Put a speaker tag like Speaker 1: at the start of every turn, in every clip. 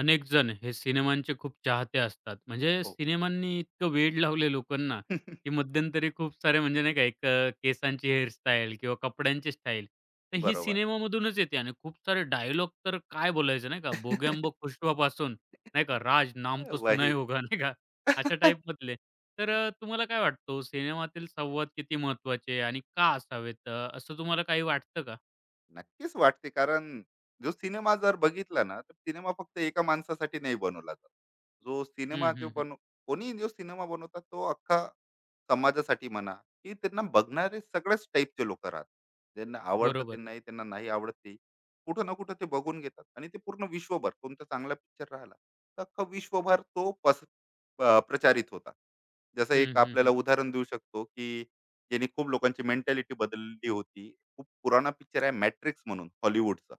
Speaker 1: अनेक जण हे सिनेमांचे खूप चाहते असतात. म्हणजे
Speaker 2: हो.
Speaker 1: सिनेमांनी इतकं वेड लावलंय लोकांना, की मध्यंतरी खूप सारे म्हणजे नाही का एक केसांची हेअरस्टाईल किंवा कपड्यांची स्टाईल. तर ही
Speaker 2: बरोबर.
Speaker 1: सिनेमामधूनच येते आणि खूप सारे डायलॉग तर काय बोलायचं नाही का, "बोगँबो खुशवापासून" नाही का, "राज नाम तो सुना
Speaker 2: वही.
Speaker 1: होगा" नाही का, अशा टाईपमधले. तर तुम्हाला काय वाटतं सिनेमातील संवाद किती महत्त्वाचे आणि का असावेत? असं तुम्हाला काही वाटतं का?
Speaker 2: नक्कीच वाटते कारण जो सिनेमा जर बघितला ना, तर सिनेमा फक्त एका माणसासाठी नाही बनवला जात. जो
Speaker 1: हं,
Speaker 2: सिनेमा जो
Speaker 1: हं, हं.
Speaker 2: बनव कोणी जो सिनेमा बनवतात तो अख्खा समाजासाठी म्हणा की त्यांना बघणारे सगळ्याच टाईपचे लोक राहतात, ज्यांना आवडतं
Speaker 1: बरोबर.
Speaker 2: त्यांनाही त्यांना नाही आवडत ते कुठं ना कुठं ते बघून घेतात. आणि ते पूर्ण विश्वभर कोणता चांगला पिक्चर राहिला तर अख्खा विश्वभर तो प्रचारित होता. जसं
Speaker 1: हं,
Speaker 2: एक
Speaker 1: हं,
Speaker 2: आपल्याला
Speaker 1: हं.
Speaker 2: उदाहरण देऊ शकतो की ज्यांनी खूप लोकांची मेंटॅलिटी बदलली होती, खूप पुराणा पिक्चर आहे मॅट्रिक्स म्हणून हॉलिवूडचा.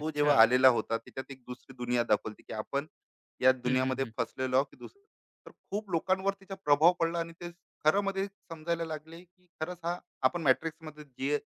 Speaker 2: तो जेव्हा आलेला होता त्याच्यात एक दुसरी दुनिया दाखवली की आपण या
Speaker 1: हं, हं,
Speaker 2: दुनियामध्ये
Speaker 1: हं.
Speaker 2: फसलेलो आहोत की दुसरं. तर खूप लोकांवर तिचा प्रभाव पडला आणि ते खरं मध्ये समजायला लागले की खरंच हा आपण मॅट्रिक्समध्ये जे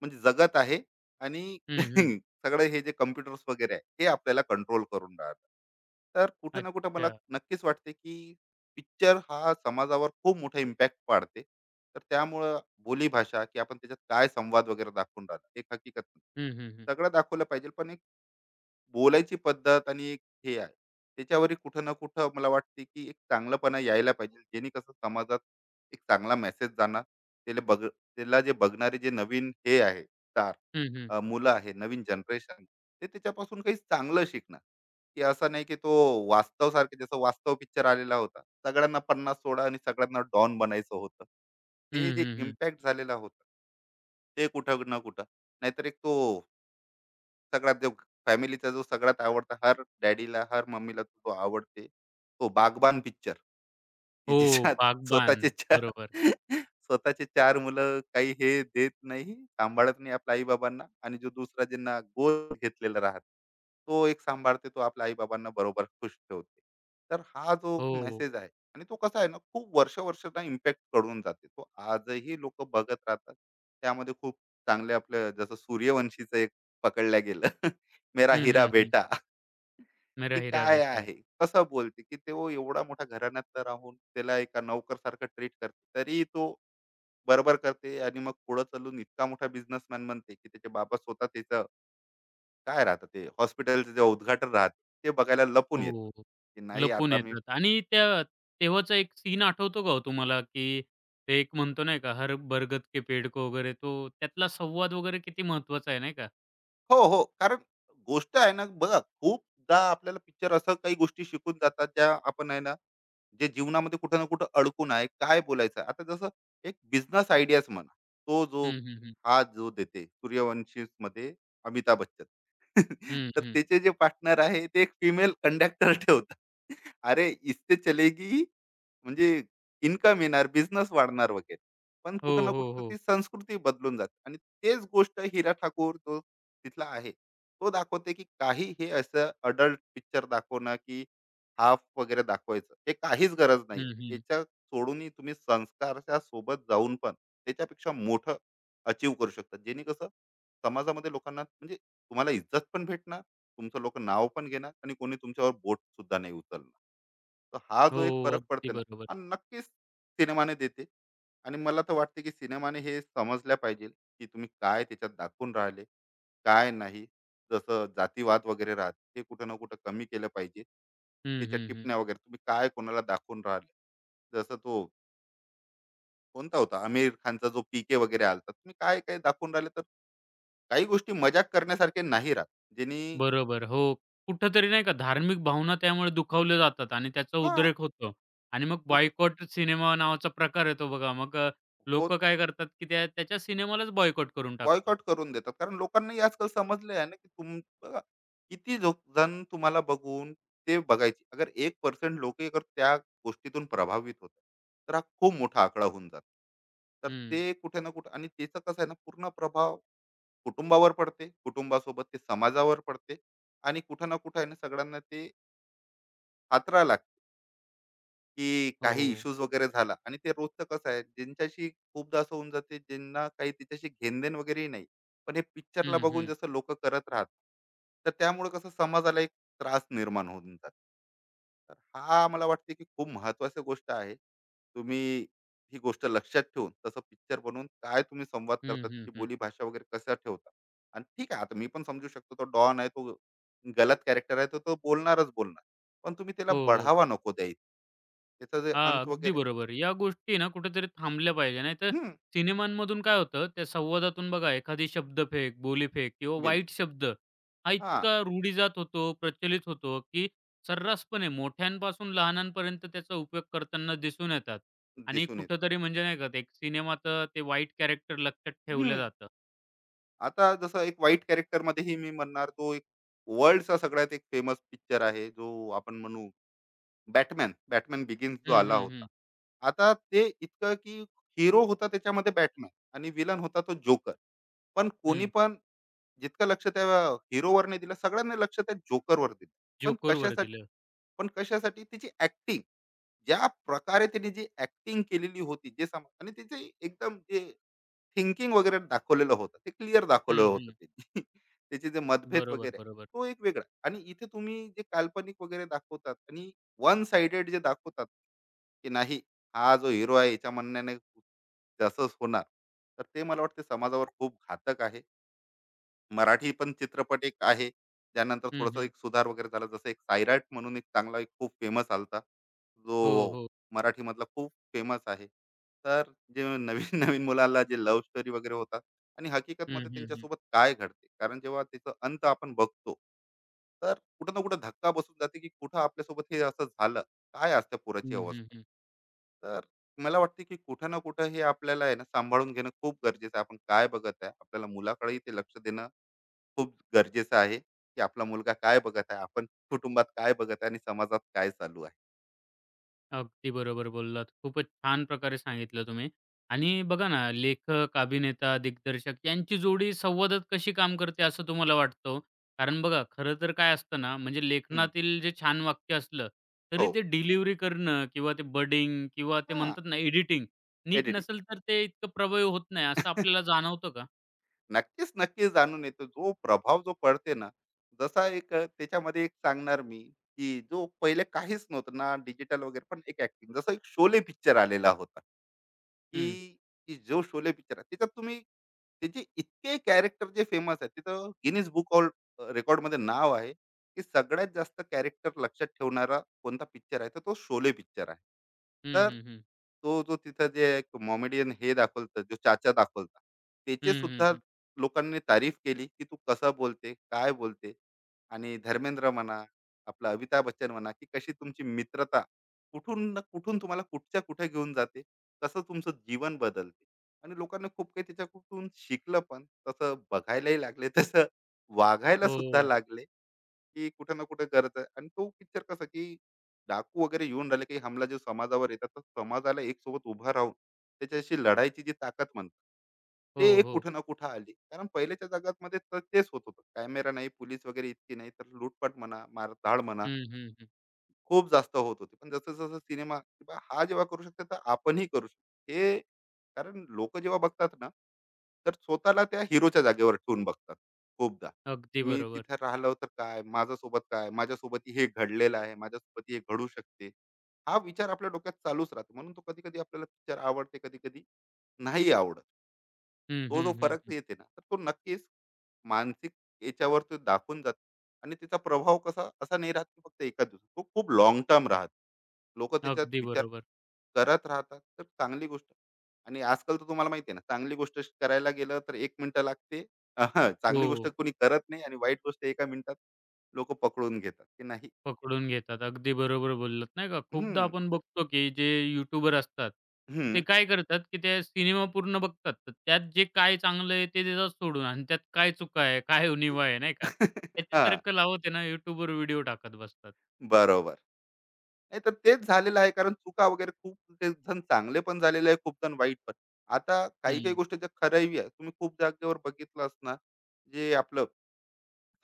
Speaker 2: म्हणजे जगत आहे. आणि
Speaker 1: हं, हं.
Speaker 2: सगळं हे जे कम्प्युटर्स वगैरे आहे ते आपल्याला कंट्रोल करून राहतात. तर कुठे ना कुठे मला
Speaker 1: अच्छा.
Speaker 2: नक्कीच वाटते की पिक्चर हा समाजावर खूप मोठा इम्पॅक्ट पाडते. तर त्यामुळं बोलीभाषा की आपण त्याच्यात काय संवाद वगैरे दाखवून राहिला एक हकीकत नाही.
Speaker 1: हं, हं, हं.
Speaker 2: सगळं दाखवलं पाहिजे, पण एक बोलायची पद्धत आणि एक हे आहे, त्याच्यावरही कुठं ना कुठं मला वाटते की एक चांगलंपणा यायला पाहिजे, जेणे कसं समाजात एक चांगला मेसेज जाणार. त्याला बघ त्याला जे बघणारे जे नवीन हे आहे स्टार,
Speaker 1: हं, हं.
Speaker 2: मुलं आहे नवीन जनरेशन, ते त्याच्यापासून काही चांगलं शिकणार. की असं नाही की तो वास्तव सारखे जसं वास्तव पिक्चर आलेला होता, सगळ्यांना पन्नास सोडा आणि सगळ्यांना डॉन बनायचं होतं.
Speaker 1: हं,
Speaker 2: ते जे
Speaker 1: हं, हं.
Speaker 2: इम्पॅक्ट झालेला होता ते कुठं ना कुठं. नाहीतर एक तो सगळ्यात जो फॅमिलीचा जो सगळ्यात आवडता हर डॅडीला, हर मम्मीला तो आवडते, तो बागबान पिक्चर. की
Speaker 1: हो,
Speaker 2: ज्याच्यात
Speaker 1: बागबान.
Speaker 2: स्वतःचे 4
Speaker 1: बरोबर.
Speaker 2: स्वतःचे 4 मुलं काही हे देत नाही, सांभाळत नाही आपल्या आई-बाबांना, आणि जो दुसरा ज्यांना गोद घेतलेला राहते, तो एक सांभाळते, तो आपल्या आई-बाबांना बरोबर खुश ठेवते. तर हा जो
Speaker 1: हो.
Speaker 2: मेसेज आहे आणि तो कसा आहे ना, खूप वर्ष-वर्षाचा इम्पॅक्ट करून जाते. तो आजही लोकं बघत राहतात. त्यामध्ये खूप चांगले आपलं जसं सूर्यवंशीचं एक पकडलं गेलं, मेरा
Speaker 1: हं,
Speaker 2: हिरा
Speaker 1: हं, हं.
Speaker 2: बेटा.
Speaker 1: मेरा
Speaker 2: की
Speaker 1: हिरा
Speaker 2: काय
Speaker 1: वेता.
Speaker 2: आहे? कसं बोलते? की तो एवढा मोठा घराण्यातला राहून त्याला एका नोकरसारखं ट्रीट करते. तरी तो बरोबर करते आणि मग पुढे चालून इतका मोठा बिझनेसमॅन बनते, की त्याचे बाबा स्वतः त्याचं काय राहतं ते हॉस्पिटलचं जे उद्घाटन राहते, ते बघायला लपून येतात.
Speaker 1: हो.
Speaker 2: की नाही
Speaker 1: लपून
Speaker 2: आता मी.
Speaker 1: येतात आणि त्या तेव्हाचा एक सीन आठवतो का हो तुम्हाला, की ते एक म्हणतो नाही का, हर बरगद के पेड़ को वगैरे तो त्यातला संवाद वगैरे किती महत्त्वाचा आहे नाही का?
Speaker 2: हो, हो. कारण गोष्ट आहे ना बघा, खूपदा आपल्याला पिक्चर असं काही गोष्टी शिकून जातात, ज्या आपण आहे ना जे जीवनामध्ये कुठं ना कुठं अडकून आहे. काय बोलायचं आहे? आता जसं एक बिझनेस आयडियाच म्हणा, तो जो
Speaker 1: हं, हं, हं.
Speaker 2: हा जो देते सूर्यवंशी मध्ये अमिताभ बच्चन.
Speaker 1: हं,
Speaker 2: तर
Speaker 1: हं.
Speaker 2: त्याचे जे पार्टनर आहे ते एक फिमेल कंडक्टर ठेवतात. अरे इससे चलेगी, म्हणजे इन्कम येणार, बिझनेस वाढणार वगैरे. पण
Speaker 1: हो,
Speaker 2: कुठं ना
Speaker 1: हो,
Speaker 2: कुठं
Speaker 1: हो.
Speaker 2: ती संस्कृती बदलून जाते. आणि तेच गोष्ट हिरा ठाकूर जो तिथला आहे तो दाखवते की काही हे असं अडल्ट पिक्चर दाखवणं की हाफ वगैरे दाखवायचं. हे काहीच गरज नाहीये.
Speaker 1: हं, हं.
Speaker 2: याच्या सोडूनही तुम्ही संस्कारच्या सोबत जाऊन पण त्याच्यापेक्षा मोठं अचीव्ह करू शकता. जेणे कसं समाजामध्ये लोकांना म्हणजे तुम्हाला इज्जत पण भेटणार, तुमचं लोकं नाव पण घेणार आणि कोणी तुमच्यावर बोट सुद्धा नाही उचलणार. तर हा जो एक
Speaker 1: हो,
Speaker 2: फरक
Speaker 1: अगदी
Speaker 2: पडते ना,
Speaker 1: बरोबर.
Speaker 2: हा नक्कीच सिनेमाने देते. आणि मला तर वाटते की सिनेमाने हे समजल्या पाहिजे की तुम्ही काय त्याच्यात दाखवून राहिले, काय नाही. जसं जातीवाद वगैरे राहत ते कुठं ना कुठं कमी केलं पाहिजे.
Speaker 1: हं,
Speaker 2: त्याच्या
Speaker 1: हं, हं.
Speaker 2: टिपण्या वगैरे तुम्ही काय कोणाला दाखवून राहिले, जसं तो कोणता होता आमिर खानचा जो पीके वगैरे आलता, तुम्ही काय काय दाखवून राहिले, तर काही गोष्टी मजाक करण्यासारखे नाही राहत ज्यांनी.
Speaker 1: बरोबर. हो. कुठेतरी नाही का धार्मिक भावना त्यामुळे दुखावल्या जातात आणि त्याचा
Speaker 2: हा.
Speaker 1: उद्रेक होतो. आणि मग
Speaker 2: उद्रे
Speaker 1: बॉयकॉट सिनेमा नावाचा प्रकार येतो बघा. मग
Speaker 2: होत
Speaker 1: काय करतात, की त्या त्याच्या सिनेमालाच बॉयकॉट करून टाकतात.
Speaker 2: बॉयकॉट करून देतात कारण लोकांनाही आजकाल समजले आहे ना की तुम बघा किती जण तुम्हाला बघून ते बघायची. अगर एक पर्सेंट लोक अगर त्या गोष्टीतून प्रभावित होत, तर हा खूप मोठा आकडा होऊन जातो. तर
Speaker 1: हं.
Speaker 2: ते कुठे ना कुठे, आणि त्याचा कसं आहे ना पूर्ण प्रभाव कुटुंबावर पडते, कुटुंबासोबत ते समाजावर पडते. आणि कुठं ना कुठं आहे ना सगळ्यांना ते हातरा लागते, की काही
Speaker 1: हो.
Speaker 2: इश्यूज वगैरे झाला आणि ते रोजचं कसं आहे ज्यांच्याशी खूपदा असं होऊन जाते, ज्यांना काही तिच्याशी घेणदेण वगैरेही नाही. पण हे पिक्चरला
Speaker 1: हं,
Speaker 2: बघून
Speaker 1: हं.
Speaker 2: जसं लोक करत राहतात, तर त्यामुळे कसं समाजाला एक त्रास निर्माण होऊन जातो. तर हा मला वाटते की खूप महत्वाची गोष्ट आहे. तुम्ही ही गोष्ट लक्षात ठेवून तसं पिक्चर बनवून काय तुम्ही संवाद
Speaker 1: हं,
Speaker 2: करतात
Speaker 1: हं,
Speaker 2: की
Speaker 1: हं.
Speaker 2: बोली भाषा वगैरे कसं ठेवता. आणि ठीक आहे, आता मी पण समजू शकतो तो डॉन आहे, तो गलत कॅरेक्टर आहे, तो तो बोलणारच बोलणार, पण तुम्ही त्याला
Speaker 1: हो, हो.
Speaker 2: बढावा नको द्यायचा. त्याचा जे
Speaker 1: हां,
Speaker 2: अंत
Speaker 1: अगदी
Speaker 2: वगैरे.
Speaker 1: बरोबर. या गोष्टी ना कुठेतरी थांबल्या पाहिजे. नाहीतर
Speaker 2: हम्म.
Speaker 1: सिनेमांमधून काय होतं, त्या संवादातून बघा एखादी शब्दफेक, बोलीफेक किंवा
Speaker 2: बिल्ली.
Speaker 1: वाईट शब्द हा
Speaker 2: हा.
Speaker 1: इतका रूढीजात होतो, प्रचलित होतो, की सर्रासपणे मोठ्यांपासून लहानांपर्यंत त्याचा उपयोग करताना दिसून येतात. आणि
Speaker 2: दिसून येते.
Speaker 1: कुठेतरी म्हणजे नाही का, ते एक सिनेमाचं ते वाईट कॅरेक्टर लक्षात ठेवलं
Speaker 2: हम्म.
Speaker 1: जातं.
Speaker 2: आता जसं एक वाईट कॅरेक्टर मध्येही मी म्हणणार, तो एक वर्ल्डचा सगळ्यात एक फेमस पिक्चर आहे जो आपण म्हणू बॅटमॅन बॅटमॅन बिगिन्स जो
Speaker 1: हं,
Speaker 2: आला
Speaker 1: हं,
Speaker 2: होता.
Speaker 1: हं.
Speaker 2: आता ते इतकं की हिरो होता त्याच्यामध्ये बॅटमॅन आणि विलन होता तो जोकर. पण कोणी
Speaker 1: हं.
Speaker 2: पण जितकं लक्ष त्या हिरोवर नाही दिलं, सगळ्यांनी लक्ष त्या जोकरवर दिलं. पण
Speaker 1: जोकरवर
Speaker 2: कशासाठी?
Speaker 1: दिलं.
Speaker 2: पण कशासाठी? तिची ऍक्टिंग, ज्या प्रकारे त्याने जी ऍक्टिंग केलेली होती, जे सम आणि त्याचे एकदम जे थिंकिंग वगैरे दाखवलेलं होतं. ते क्लिअर
Speaker 1: हं,
Speaker 2: दाखवलेलं होतं
Speaker 1: हं.
Speaker 2: त्यांनी. त्याचे जे मतभेद
Speaker 1: बरोबर,
Speaker 2: वगैरे आहे,
Speaker 1: बरोबर.
Speaker 2: तो एक वेगळा. आणि इथे तुम्ही जे काल्पनिक वगैरे दाखवतात आणि वन साइडेड जे दाखवतात, की नाही हा जो हिरो आहे याच्या म्हणण्याने तसंच होणार. तर ते मला वाटते समाजावर खूप घातक आहे. मराठी पण चित्रपट एक आहे. त्यानंतर
Speaker 1: हं,
Speaker 2: थोडासा
Speaker 1: हं.
Speaker 2: एक सुधार वगैरे झाला. जसं एक सायराट म्हणून एक चांगला एक खूप फेमस आलता.
Speaker 1: हो,
Speaker 2: जो
Speaker 1: हो.
Speaker 2: मराठीमधला खूप फेमस आहे. तर जे नवीन-नवीन मुलाला जे लव्ह स्टोरी वगैरे होतात आणि
Speaker 1: हं,
Speaker 2: हकीकतमध्ये
Speaker 1: हं, हं.
Speaker 2: त्यांच्यासोबत काय घडते? कारण जेव्हा त्याचा अंत आपण बघतो, तर कुठं ना कुठं धक्का बसून जाते, की कुठं आपल्यासोबत हे असं झालं? काय आज पोराची
Speaker 1: हं,
Speaker 2: अवस्था?
Speaker 1: हं, हं.
Speaker 2: तर मला वाटते, की कुठं ना कुठं हे आपल्याला आहे ना सांभाळून घेणं खूप गरजेचं आहे. आपण काय बघत आहे? आपल्याला मुलाकडेही ते लक्ष देणं खूप गरजेचं आहे, की आपला मुलगा काय बघत आहे, आपण कुटुंबात काय बघत आहे आणि समाजात काय चालू आहे.
Speaker 1: अगदी बरोबर बोललात. खूपच छान प्रकारे सांगितलं तुम्ही. आणि बघा ना, लेखक, अभिनेता, दिग्दर्शक यांची जोडी संवादात कशी काम करते असं तुम्हाला वाटतं हो? कारण बघा खरं तर काय असतं ना, म्हणजे
Speaker 2: हं,
Speaker 1: लेखनातील जे छान वाक्य असलं, तरी
Speaker 2: हो.
Speaker 1: ते डिलिव्हरी करणं किंवा ते बडिंग किंवा ते
Speaker 2: हां,
Speaker 1: म्हणतात ना एडिटिंग नीट
Speaker 2: एडिटिंग.
Speaker 1: नसेल तर ते इतकं प्रभावी होत नाही असं आपल्याला जाणवतं का?
Speaker 2: नक्कीच, नक्कीच जाणून येतो. जो प्रभाव जो पडते ना, जसा एक त्याच्यामध्ये एक सांगणार मी, की जो पहिले काहीच नव्हतं ना डिजिटल वगैरे, पण एक ॲक्टिंग जसं एक शोले पिक्चर आलेला होता. की
Speaker 1: हं.
Speaker 2: की जो शोले पिक्चर आहे त्याच्यात तुम्ही त्याचे इतके कॅरेक्टर जे फेमस आहेत तिथं गिनीज बुक ऑल रेकॉर्डमध्ये नाव आहे की सगळ्यात जास्त कॅरेक्टर लक्षात ठेवणारा कोणता पिक्चर आहे तर तो शोले पिक्चर आहे.
Speaker 1: हं,
Speaker 2: तर
Speaker 1: हं, हं.
Speaker 2: तो जो तिथं जे कॉमेडियन हे दाखवतं जो चाचा दाखवता,
Speaker 1: हं,
Speaker 2: त्याचे
Speaker 1: हं,
Speaker 2: सुद्धा
Speaker 1: हं.
Speaker 2: लोकांनी तारीफ केली की तू कसं बोलते, काय बोलते. आणि धर्मेंद्र म्हणा, आपला अमिताभ बच्चन म्हणा, की कशी तुमची मित्रता कुठून ना कुठून तुम्हाला कुठच्या कुठे घेऊन जाते, कसं तुमचं जीवन बदलते. आणि लोकांना खूप काही त्याच्याकडून शिकलं, पण तसं बघायलाही लागले तसं वागायला सुद्धा
Speaker 1: हो.
Speaker 2: लागले. की कुठं ना कुठं गरज आहे आणि तो पिक्चर कसा की डाकू वगैरे येऊन राहिले, काही हमला जे समाजावर येतात, तर समाजाला एक सोबत उभा राहून त्याच्याशी लढायची जी ताकद म्हणतात, ते
Speaker 1: हो,
Speaker 2: एक
Speaker 1: हो.
Speaker 2: कुठं ना कुठं आली. कारण पहिल्याच्या जगात मध्ये तर तेच होत होतं, कॅमेरा नाही, पोलीस वगैरे इतकी नाही, तर लूटपाट म्हणा, मारधाड म्हणा,
Speaker 1: हं, हं, हं.
Speaker 2: खूप जास्त होत होती. पण जसं-जसं सिनेमा किंवा हा जेव्हा करू शकतो, तर आपणही करू शकतो. हे कारण लोकं जेव्हा बघतात ना, तर स्वतःला त्या हिरोच्या जागेवर ठेवून बघतात खूपदा.
Speaker 1: अगदी
Speaker 2: मी
Speaker 1: बरोबर.
Speaker 2: तिथे राहिलो तर काय? माझ्यासोबत काय? माझ्यासोबत हे घडलेलं आहे. माझ्यासोबत हे घडू शकते. हा विचार आपल्या डोक्यात चालूच राहतो. म्हणून तो कधी-कधी आपल्याला पिक्चर आवडते, कधी-कधी नाही आवडत.
Speaker 1: हं,
Speaker 2: तो जो
Speaker 1: हं, हं,
Speaker 2: फरक
Speaker 1: हं.
Speaker 2: येते ना, तर तो नक्कीच मानसिक याच्यावर तो दाखवून जातो. आणि तिचा प्रभाव कसा असा नाही राहत की फक्त एका दिवसात, तो खूप लॉंग टर्म राहत, लोक त्याच्यात
Speaker 1: अगदी
Speaker 2: विचार
Speaker 1: बरोबर.
Speaker 2: करत राहतात. तर चांगली गोष्ट, आणि आजकाल तर तुम्हाला माहिती आहे ना, चांगली गोष्ट करायला गेलं तर एक मिनिटं लागते. अहं, चांगली
Speaker 1: हो.
Speaker 2: गोष्ट कोणी करत नाही आणि वाईट गोष्ट एका मिनिटात लोक पकडून घेतात, की नाही.
Speaker 1: पकडून घेतात. अगदी बरोबर बोललात, नाही का? खूपदा
Speaker 2: हम्म.
Speaker 1: आपण
Speaker 2: तर.
Speaker 1: बघतो, की जे यूट्यूबर असतात, ते
Speaker 2: हम्म.
Speaker 1: काय करतात, की ते सिनेमा पूर्ण बघतात. तर त्यात जे काय चांगलं आहे ते देतात सोडून आणि त्यात काय चुका आहे, काय
Speaker 2: तू-
Speaker 1: उणिवा आहे, नाही का? त्याचे
Speaker 2: हा.
Speaker 1: तर्क लावत आहे ना, यूट्यूबवर व्हिडिओ टाकत बसतात.
Speaker 2: बरोबर. नाही तर तेच झालेलं आहे, कारण चुका वगैरे खूप. ते जण चांगले पण झालेले आहे, खूप जण वाईट पण. आता काही काही
Speaker 1: हं,
Speaker 2: गोष्टी ज्या खऱ्याही आहे. तुम्ही खूप जागेवर बघितलं असणार, जे आपलं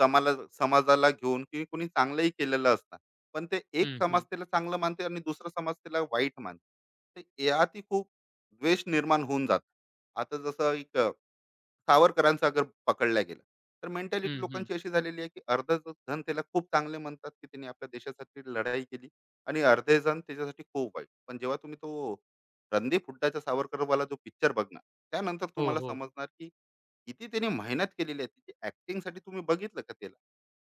Speaker 2: समाला समाजाला घेऊन की कोणी चांगलंही केलेलं असणार. पण ते एक
Speaker 1: हं,
Speaker 2: समाज
Speaker 1: हं,
Speaker 2: त्याला चांगलं मानते आणि दुसरा समाज त्याला वाईट मानते. तर यातही खूप द्वेष निर्माण होऊन जातो. आता जसं एक सावरकरांचा अगर पकडला गेला, तर मेंटॅलिटी
Speaker 1: हं, हं.
Speaker 2: लोकांची अशी झालेली आहे की अर्धा जण त्याला खूप चांगले म्हणतात की त्यांनी आपल्या देशासाठी लढाई केली, आणि अर्धे जण त्याच्यासाठी खूप वाईट. पण जेव्हा तुम्ही तो रणदीप हुड्डाचा सावरकरवाला जो पिक्चर बघणार, त्यानंतर
Speaker 1: हो,
Speaker 2: तुम्हाला
Speaker 1: हो.
Speaker 2: समजणार की किती त्याने मेहनत केलेली आहे. त्याची acting साठी तुम्ही बघितलं का त्याला,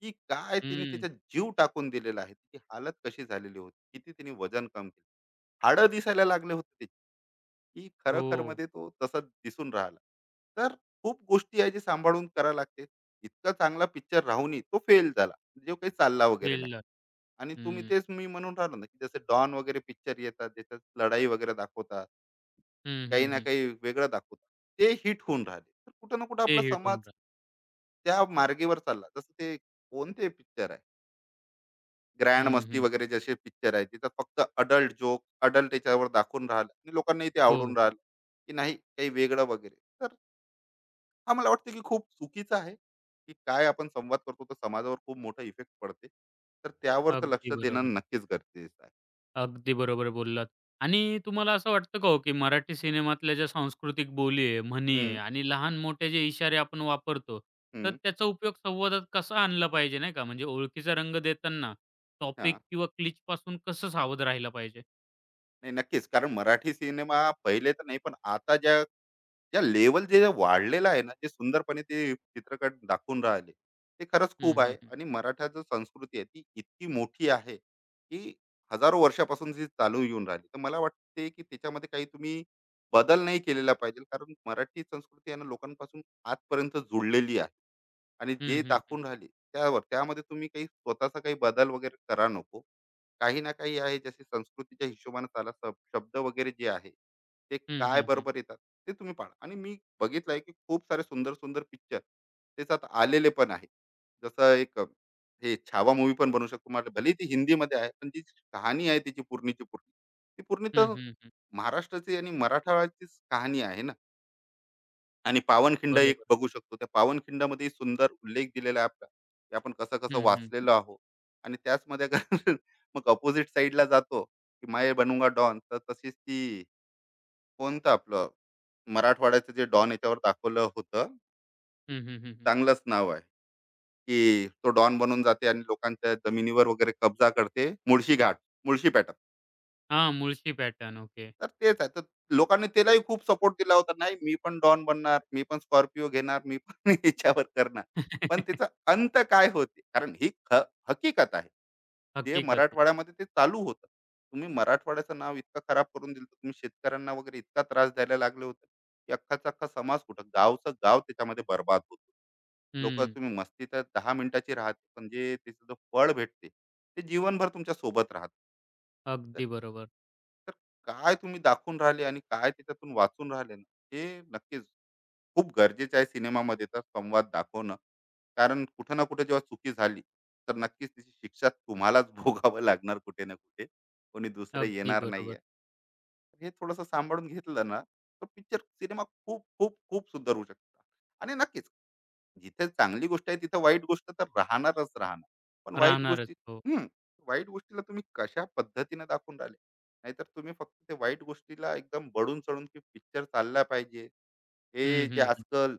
Speaker 2: की काय त्याने
Speaker 1: हं.
Speaker 2: त्याचा जीव टाकून दिलेला आहे, त्याची हालत कशी झालेली होती, किती त्याने वजन कम केलं, हाडं दिसायला लागले होते त्याची, की
Speaker 1: हो.
Speaker 2: खरोखरमध्ये तो तसाच दिसून राहिला. तर खूप गोष्टी आहे जे सांभाळून करावं लागते. इतका चांगला पिक्चर राहूनही तो फेल झाला. जो काही चालला वगैरे नाही.
Speaker 1: ट्रेलर.
Speaker 2: आणि तुम्ही
Speaker 1: हं.
Speaker 2: तेच मी म्हणून राहिलो ना, की जसं डॉन वगैरे पिक्चर येतात, ज्याच्यात लढाई वगैरे दाखवतात,
Speaker 1: हं,
Speaker 2: काही
Speaker 1: हं,
Speaker 2: ना
Speaker 1: हं.
Speaker 2: काही वेगळं दाखवतात. ते हिट होऊन राहिले. तर कुठं ना कुठं
Speaker 1: ते
Speaker 2: आपला
Speaker 1: हिट
Speaker 2: समाज
Speaker 1: होऊन राहतं.
Speaker 2: त्या मार्गेवर चालला. जसं ते कोणते पिक्चर आहे? ग्रँड
Speaker 1: हं,
Speaker 2: मस्ती
Speaker 1: हं.
Speaker 2: वगैरे जसे पिक्चर आहे तिथं फक्त अडल्ट जोक अडल्ट याच्यावर दाखवून राहिलं आणि लोकांनाही ते
Speaker 1: हो.
Speaker 2: आवडून राहिलं की नाही काही वेगळं वगैरे. तर हा मला वाटतं की खूप चुकीचं आहे की काय आपण संवाद करतो तर समाजावर खूप मोठा इफेक्ट पडते. तर त्यावर तर लक्ष
Speaker 1: अगदी
Speaker 2: देणं
Speaker 1: बरोबर.
Speaker 2: नक्कीच गरजेचं आहे.
Speaker 1: अगदी बरोबर बोललात. आणि तुम्हाला असं वाटतं का हो, की मराठी सिनेमातल्या ज्या सांस्कृतिक बोली आहे, म्हणी आहे
Speaker 2: हम्म,
Speaker 1: आणि लहान-मोठे जे इशारे आपण वापरतो, तर
Speaker 2: हम्म,
Speaker 1: त्याचा उपयोग संवादात कसा आणला पाहिजे नाही का? म्हणजे ओळखीचा रंग देताना
Speaker 2: हा,
Speaker 1: टॉपिक किंवा क्लिचपासून कसं सावध राहिलं पाहिजे?
Speaker 2: नाही, नक्कीच. कारण मराठी सिनेमा पहिले तर नाही, पण आता ज्या या लेवल जे वाढलेलं आहे ना, जे सुंदरपणे ते चित्रकट दाखवून राहिले, ते खरंच खूप
Speaker 1: हं, हं,
Speaker 2: आहे.
Speaker 1: हं.
Speaker 2: आणि मराठाचं संस्कृती आहे ती इतकी मोठी आहे, की हजारो वर्षापासून जी चालू येऊन राहिली. तर मला वाटते, की त्याच्यामध्ये काही तुम्ही बदल नाही केलेला पाहिजे. कारण मराठी संस्कृती आहे ना, लोकांपासून आजपर्यंत जुळलेली आहे. आणि
Speaker 1: हं,
Speaker 2: जे
Speaker 1: हं, हं.
Speaker 2: दाखवून राहिले त्यावर त्यामध्ये तुम्ही काही स्वतःचा काही बदल वगैरे करा नको. काही ना काही आहे जसे संस्कृतीच्या हिशोबाने चाला. शब्द वगैरे जे आहे ते
Speaker 1: हं,
Speaker 2: काय
Speaker 1: हं, हं.
Speaker 2: बरोबर येतात ते तुम्ही पाहा. आणि मी बघितलं आहे की खूप सारे सुंदर सुंदर पिक्चर त्याच्यात आलेले पण आहे. जसं एक अ, हे छावा मूवी पण बनवू शकतो. मला भले ती हिंदीमध्ये आहे, पण जी कहाणी आहे त्याची पूर्णीची पूर्णी ती पूर्णी
Speaker 1: हं,
Speaker 2: तर
Speaker 1: हं, हं.
Speaker 2: महाराष्ट्राची आणि मराठाची कहाणी आहे ना. आणि पावनखिंड एक
Speaker 1: बरोबर.
Speaker 2: बघू शकतो. त्या पावनखिंडामध्ये सुंदर उल्लेख दिलेला आहे आपला, की आपण कसं-कसं
Speaker 1: हं, हं.
Speaker 2: वाचलेलो आहोत. आणि त्याचमध्ये अगर मग अपोजिट साइडला जातो, की माय बनूंगा डॉन" तर तशीच ती कोणतं आपलं मराठवाड्याचं जे डॉन याच्यावर दाखवलं होतं,
Speaker 1: हं, हं, हं, हं.
Speaker 2: चांगलंच नाव आहे, की तो डॉन बनून जाते आणि लोकांच्या जमिनीवर वगैरे कब्जा करते. मुळशी घाट, मुळशी पॅटर्न.
Speaker 1: हां, मुळशी पॅटर्न. ओके.
Speaker 2: तर तेच आहे. तर लोकांनी त्यालाही खूप सपोर्ट दिला होता. नाही, मी पण डॉन बनणार, मी पण स्कॉर्पिओ घेणार, मी पण याच्यावर करणार. पण त्याचा अंत काय होते? कारण ही हकीकत आहे. जे
Speaker 1: हकीकत आहे.
Speaker 2: मराठवाड्यामध्ये ते चालू होतं. तुम्ही मराठवाड्याचं नाव इतकं खराब करून दिलं. तुम्ही शेतकऱ्यांना वगैरे इतका त्रास द्यायला लागले होते, की अख्खाचा अख्खा समाज कुठं गावचं गाव त्याच्यामध्ये बरबाद होतो. लोक,
Speaker 1: हं.
Speaker 2: तुम्ही मस्ती तर 10 मिनिटाची राहते, पण जे त्याचं जो फळ भेटते ते जीवनभर तुमच्या सोबत राहत. तर
Speaker 1: अगदी बरोबर.
Speaker 2: तर काय तुम्ही दाखवून राहिले आणि काय त्याच्यातून वाचून राहिले ना, हे नक्कीच खूप गरजेचं आहे सिनेमामध्ये तर संवाद दाखवणं. कारण कुठं ना कुठे जेव्हा चुकी झाली तर नक्कीच तिची शिक्षा तुम्हालाच भोगावं लागणार कुठे ना कुठे. कोणी दुसरं
Speaker 1: अगदी
Speaker 2: येणार नाहीये.
Speaker 1: बरोबर.
Speaker 2: हे थोडंसं सांभाळून घेतलं ना तर पिक्चर सिनेमा खूप खूप खूप सुंदर होऊ शकतो. आणि नक्कीच जिथे चांगली गोष्ट आहे तिथे वाईट गोष्ट तर राहणारच राहणार. पण वाईट
Speaker 1: राहणारच.
Speaker 2: गोष्टी,
Speaker 1: हो.
Speaker 2: हम्म वाईट गोष्टीला तुम्ही कशा पद्धतीने दाखवून राहिले. नाहीतर तुम्ही फक्त ते वाईट गोष्टीला एकदम बडून चढून की पिक्चर चालला पाहिजे, हे
Speaker 1: हं,
Speaker 2: जे
Speaker 1: हं, हं.
Speaker 2: आजकाल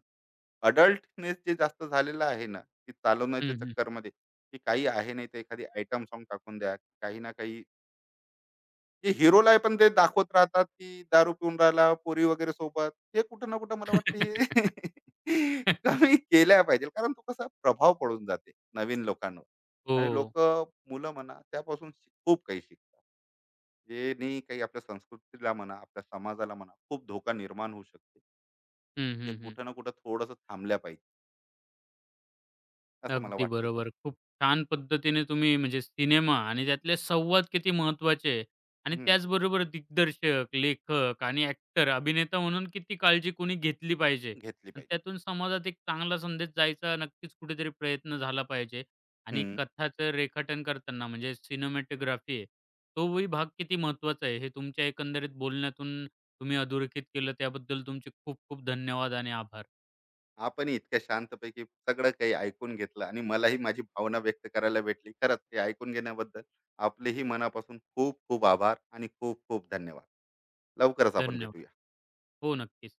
Speaker 2: अडल्टनेस जे जास्त झालेलं आहे ना ती चालवण्याच्या
Speaker 1: हं,
Speaker 2: चक्करमध्ये की काही आहे नाही तर एखादी आयटम सॉन्ग टाकून द्या काही ना काही. हे हिरोला पण ते दाखवत राहतात, की दारू पिऊन राहिला पोरी वगैरे सोबत. हे कुठं ना कुठं मला वाटतं हे कमी केल्या पाहिजे. कारण तो कसा प्रभाव पडून जाते नवीन लोकांवर. आणि
Speaker 1: हो.
Speaker 2: लोकं, मुलं म्हणा, त्यापासून खूप काही शिकतात. जेनी काही आपल्या संस्कृतीला म्हणा, आपल्या समाजाला म्हणा खूप धोका निर्माण होऊ शकते.
Speaker 1: हं,
Speaker 2: जे
Speaker 1: हं, हं.
Speaker 2: कुठं ना कुठं थोडंसं थांबल्या पाहिजे. असं मला
Speaker 1: अगदी
Speaker 2: वाटतं थोडं.
Speaker 1: बरोबर. खूप छान पद्धतीने तुम्ही म्हणजे सिनेमा आणि त्यातले संवाद किती महत्त्वाचे आहे आणि
Speaker 2: हं,
Speaker 1: त्याचबरोबर दिग्दर्शक, लेखक आणि ॲक्टर, अभिनेता म्हणून किती काळजी कोणी घेतली पाहिजे
Speaker 2: घेतली
Speaker 1: आणि
Speaker 2: पाहिजे.
Speaker 1: त्यातून समाजात एक चांगला संदेश जायचा नक्कीच कुठेतरी प्रयत्न झाला पाहिजे आणि
Speaker 2: हं.
Speaker 1: कथाचं रेखाटन करताना म्हणजे सिनेमॅटोग्राफी आहे, तोही भाग किती महत्त्वाचा आहे हे तुमच्या एकंदरीत बोलण्यातून तुम्ही अधोरेखित केलं त्याबद्दल तुमचे खूप खूप धन्यवाद आणि आभार.
Speaker 2: आपण इतक्या शांतपैकी सगळं काही ऐकून घेतलं आणि मलाही माझी भावना व्यक्त करायला भेटली. खरंच हे ऐकून घेण्याबद्दल आपलेही मनापासून खूप खूप आभार आणि खूप खूप धन्यवाद. लवकरच आपण
Speaker 1: धन्यवाद.
Speaker 2: भेटूया.
Speaker 1: हो, नक्कीच.